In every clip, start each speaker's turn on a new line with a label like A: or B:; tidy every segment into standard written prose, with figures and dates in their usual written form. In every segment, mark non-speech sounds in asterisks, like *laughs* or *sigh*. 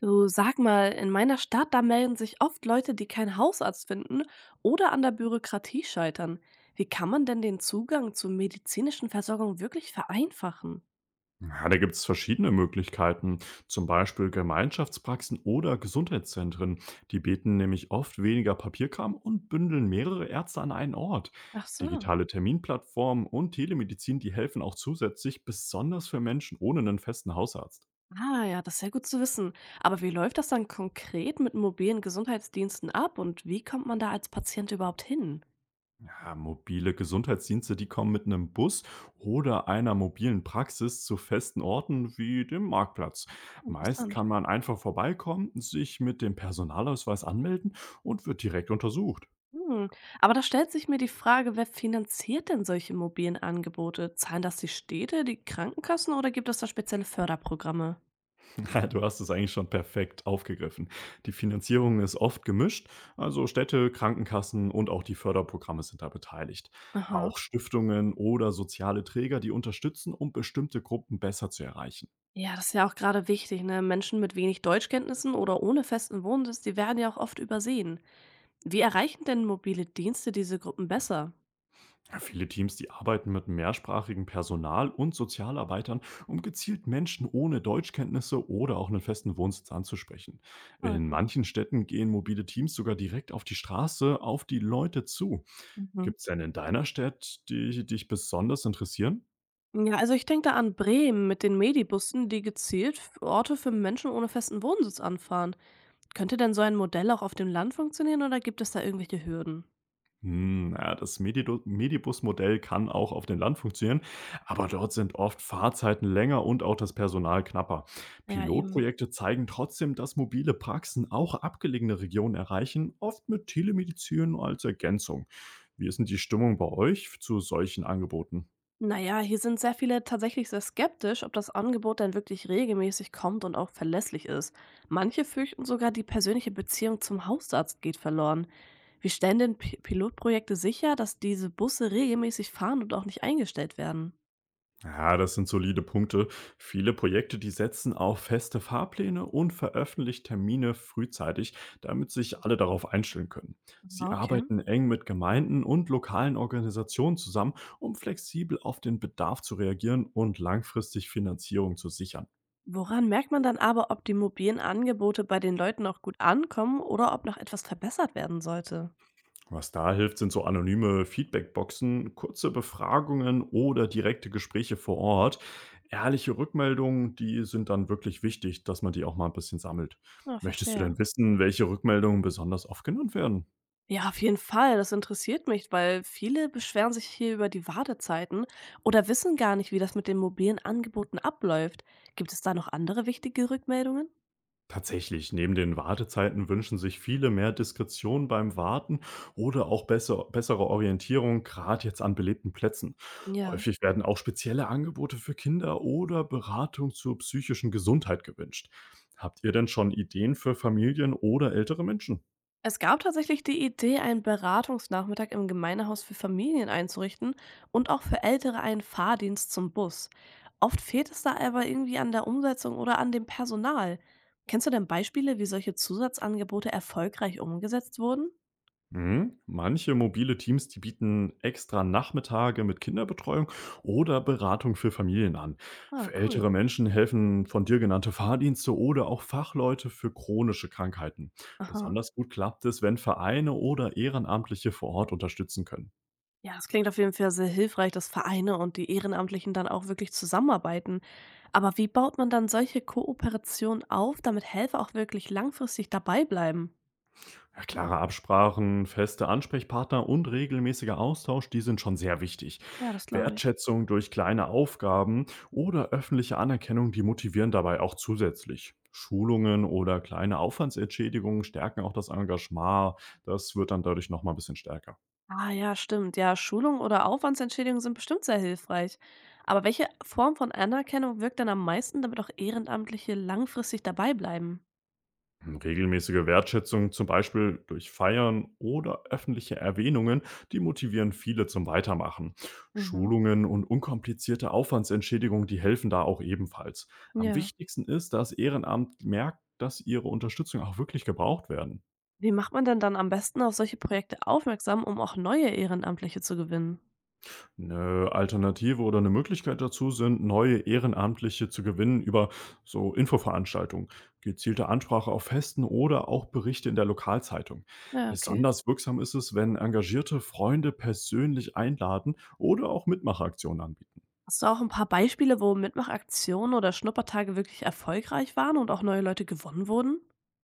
A: Du, sag mal, in meiner Stadt, da melden sich oft Leute, die keinen Hausarzt finden oder an der Bürokratie scheitern. Wie kann man denn den Zugang zur medizinischen Versorgung wirklich vereinfachen?
B: Ja, da gibt es verschiedene Möglichkeiten, zum Beispiel Gemeinschaftspraxen oder Gesundheitszentren. Die bieten nämlich oft weniger Papierkram und bündeln mehrere Ärzte an einen Ort.
A: Ach so.
B: Digitale Terminplattformen und Telemedizin, die helfen auch zusätzlich, besonders für Menschen ohne einen festen Hausarzt.
A: Ah ja, das ist ja gut zu wissen. Aber wie läuft das dann konkret mit mobilen Gesundheitsdiensten ab und wie kommt man da als Patient überhaupt hin?
B: Ja, mobile Gesundheitsdienste, die kommen mit einem Bus oder einer mobilen Praxis zu festen Orten wie dem Marktplatz. Meist
A: Interessant.
B: kann man einfach vorbeikommen, sich mit dem Personalausweis anmelden und wird direkt untersucht.
A: Hm. Aber da stellt sich mir die Frage, wer finanziert denn solche mobilen Angebote? Zahlen das die Städte, die Krankenkassen oder gibt es da spezielle Förderprogramme?
B: *laughs* Du hast es eigentlich schon perfekt aufgegriffen. Die Finanzierung ist oft gemischt, also Städte, Krankenkassen und auch die Förderprogramme sind da beteiligt.
A: Aha.
B: Auch Stiftungen oder soziale Träger, die unterstützen, um bestimmte Gruppen besser zu erreichen.
A: Ja, das ist ja auch gerade wichtig, ne? Menschen mit wenig Deutschkenntnissen oder ohne festen Wohnsitz, die werden ja auch oft übersehen. Wie erreichen denn mobile Dienste diese Gruppen besser?
B: Ja, viele Teams, die arbeiten mit mehrsprachigem Personal und Sozialarbeitern, um gezielt Menschen ohne Deutschkenntnisse oder auch einen festen Wohnsitz anzusprechen.
A: Ah,
B: In
A: gut.
B: manchen Städten gehen mobile Teams sogar direkt auf die Straße, auf die Leute zu.
A: Mhm.
B: Gibt's denn in deiner Stadt, die dich besonders interessieren?
A: Ja, also ich denke da an Bremen mit den Medibussen, die gezielt Orte für Menschen ohne festen Wohnsitz anfahren. Könnte denn so ein Modell auch auf dem Land funktionieren oder gibt es da irgendwelche Hürden?
B: Ja, das Medido Medibus-Modell kann auch auf dem Land funktionieren, aber dort sind oft Fahrzeiten länger und auch das Personal knapper.
A: Ja, eben.
B: Pilotprojekte zeigen trotzdem, dass mobile Praxen auch abgelegene Regionen erreichen, oft mit Telemedizin als Ergänzung. Wie ist denn die Stimmung bei euch zu solchen Angeboten?
A: Naja, hier sind sehr viele tatsächlich sehr skeptisch, ob das Angebot denn wirklich regelmäßig kommt und auch verlässlich ist. Manche fürchten sogar, die persönliche Beziehung zum Hausarzt geht verloren. Wie stellen denn Pilotprojekte sicher, dass diese Busse regelmäßig fahren und auch nicht eingestellt werden?
B: Ja, das sind solide Punkte. Viele Projekte, die setzen auf feste Fahrpläne und veröffentlichen Termine frühzeitig, damit sich alle darauf einstellen können.
A: Ah,
B: Sie
A: okay.
B: arbeiten eng mit Gemeinden und lokalen Organisationen zusammen, um flexibel auf den Bedarf zu reagieren und langfristig Finanzierung zu sichern.
A: Woran merkt man dann aber, ob die mobilen Angebote bei den Leuten auch gut ankommen oder ob noch etwas verbessert werden sollte?
B: Was da hilft, sind so anonyme Feedbackboxen, kurze Befragungen oder direkte Gespräche vor Ort. Ehrliche Rückmeldungen, die sind dann wirklich wichtig, dass man die auch mal ein bisschen sammelt.
A: Ja,
B: Möchtest du
A: verstehe.
B: denn wissen, welche Rückmeldungen besonders oft genannt werden?
A: Ja, auf jeden Fall. Das interessiert mich, weil viele beschweren sich hier über die Wartezeiten oder wissen gar nicht, wie das mit den mobilen Angeboten abläuft. Gibt es da noch andere wichtige Rückmeldungen?
B: Tatsächlich, neben den Wartezeiten wünschen sich viele mehr Diskretion beim Warten oder auch bessere Orientierung, gerade jetzt an belebten Plätzen.
A: Ja.
B: Häufig werden auch spezielle Angebote für Kinder oder Beratung zur psychischen Gesundheit gewünscht. Habt ihr denn schon Ideen für Familien oder ältere Menschen?
A: Es gab tatsächlich die Idee, einen Beratungsnachmittag im Gemeindehaus für Familien einzurichten und auch für Ältere einen Fahrdienst zum Bus. Oft fehlt es da aber irgendwie an der Umsetzung oder an dem Personal. Kennst du denn Beispiele, wie solche Zusatzangebote erfolgreich umgesetzt wurden?
B: Mhm. Manche mobile Teams, die bieten extra Nachmittage mit Kinderbetreuung oder Beratung für Familien an.
A: Ah,
B: Für
A: cool.
B: ältere Menschen helfen von dir genannte Fahrdienste oder auch Fachleute für chronische Krankheiten.
A: Aha.
B: Besonders gut klappt es, wenn Vereine oder Ehrenamtliche vor Ort unterstützen können.
A: Ja, das klingt auf jeden Fall sehr hilfreich, dass Vereine und die Ehrenamtlichen dann auch wirklich zusammenarbeiten. Aber wie baut man dann solche Kooperationen auf, damit Helfer auch wirklich langfristig dabei bleiben?
B: Ja, klare Absprachen, feste Ansprechpartner und regelmäßiger Austausch, die sind schon sehr wichtig.
A: Ja, das glaube ich.
B: Wertschätzung durch kleine Aufgaben oder öffentliche Anerkennung, die motivieren dabei auch zusätzlich. Schulungen oder kleine Aufwandsentschädigungen stärken auch das Engagement. Das wird dann dadurch nochmal ein bisschen stärker.
A: Ah ja, stimmt. Ja, Schulung oder Aufwandsentschädigung sind bestimmt sehr hilfreich. Aber welche Form von Anerkennung wirkt denn am meisten, damit auch Ehrenamtliche langfristig dabei bleiben?
B: Regelmäßige Wertschätzung, zum Beispiel durch Feiern oder öffentliche Erwähnungen, die motivieren viele zum Weitermachen.
A: Mhm.
B: Schulungen und unkomplizierte Aufwandsentschädigung, die helfen da auch ebenfalls. Am
A: Ja.
B: wichtigsten ist, dass Ehrenamt merkt, dass ihre Unterstützung auch wirklich gebraucht werden.
A: Wie macht man denn dann am besten auf solche Projekte aufmerksam, um auch neue Ehrenamtliche zu gewinnen?
B: Eine Alternative oder eine Möglichkeit dazu sind, neue Ehrenamtliche zu gewinnen über so Infoveranstaltungen, gezielte Ansprache auf Festen oder auch Berichte in der Lokalzeitung.
A: Ja, okay.
B: Besonders wirksam ist es, wenn engagierte Freunde persönlich einladen oder auch Mitmacheraktionen anbieten.
A: Hast du auch ein paar Beispiele, wo Mitmachaktionen oder Schnuppertage wirklich erfolgreich waren und auch neue Leute gewonnen wurden?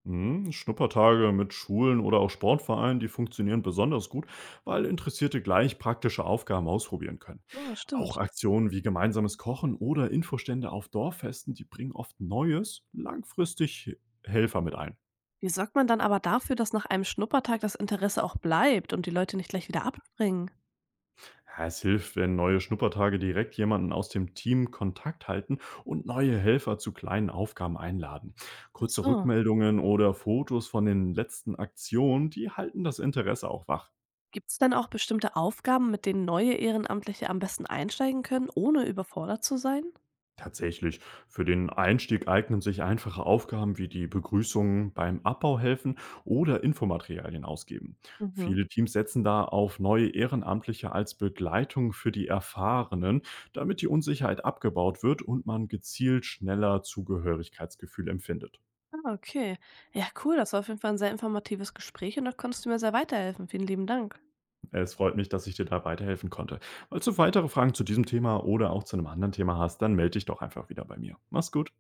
B: Mhm, Schnuppertage mit Schulen oder auch Sportvereinen, die funktionieren besonders gut, weil Interessierte gleich praktische Aufgaben ausprobieren können.
A: Ja,
B: Auch
A: stimmt.
B: Aktionen wie gemeinsames Kochen oder Infostände auf Dorffesten, die bringen oft Neues, langfristig Helfer mit ein.
A: Wie sorgt man dann aber dafür, dass nach einem Schnuppertag das Interesse auch bleibt und die Leute nicht gleich wieder abbringen?
B: Ja, es hilft, wenn neue Schnuppertage direkt jemanden aus dem Team Kontakt halten und neue Helfer zu kleinen Aufgaben einladen.
A: Ach
B: Kurze
A: so.
B: Rückmeldungen oder Fotos von den letzten Aktionen, die halten das Interesse auch wach.
A: Gibt es denn auch bestimmte Aufgaben, mit denen neue Ehrenamtliche am besten einsteigen können, ohne überfordert zu sein?
B: Tatsächlich. Für den Einstieg eignen sich einfache Aufgaben wie die Begrüßungen beim Abbau helfen oder Infomaterialien ausgeben.
A: Mhm.
B: Viele Teams setzen da auf neue Ehrenamtliche als Begleitung für die Erfahrenen, damit die Unsicherheit abgebaut wird und man gezielt schneller Zugehörigkeitsgefühl empfindet.
A: Ah, okay. Ja, cool. Das war auf jeden Fall ein sehr informatives Gespräch und da konntest du mir sehr weiterhelfen. Vielen lieben Dank.
B: Es freut mich, dass ich dir da weiterhelfen konnte. Falls du weitere Fragen zu diesem Thema oder auch zu einem anderen Thema hast, dann melde dich doch einfach wieder bei mir. Mach's gut.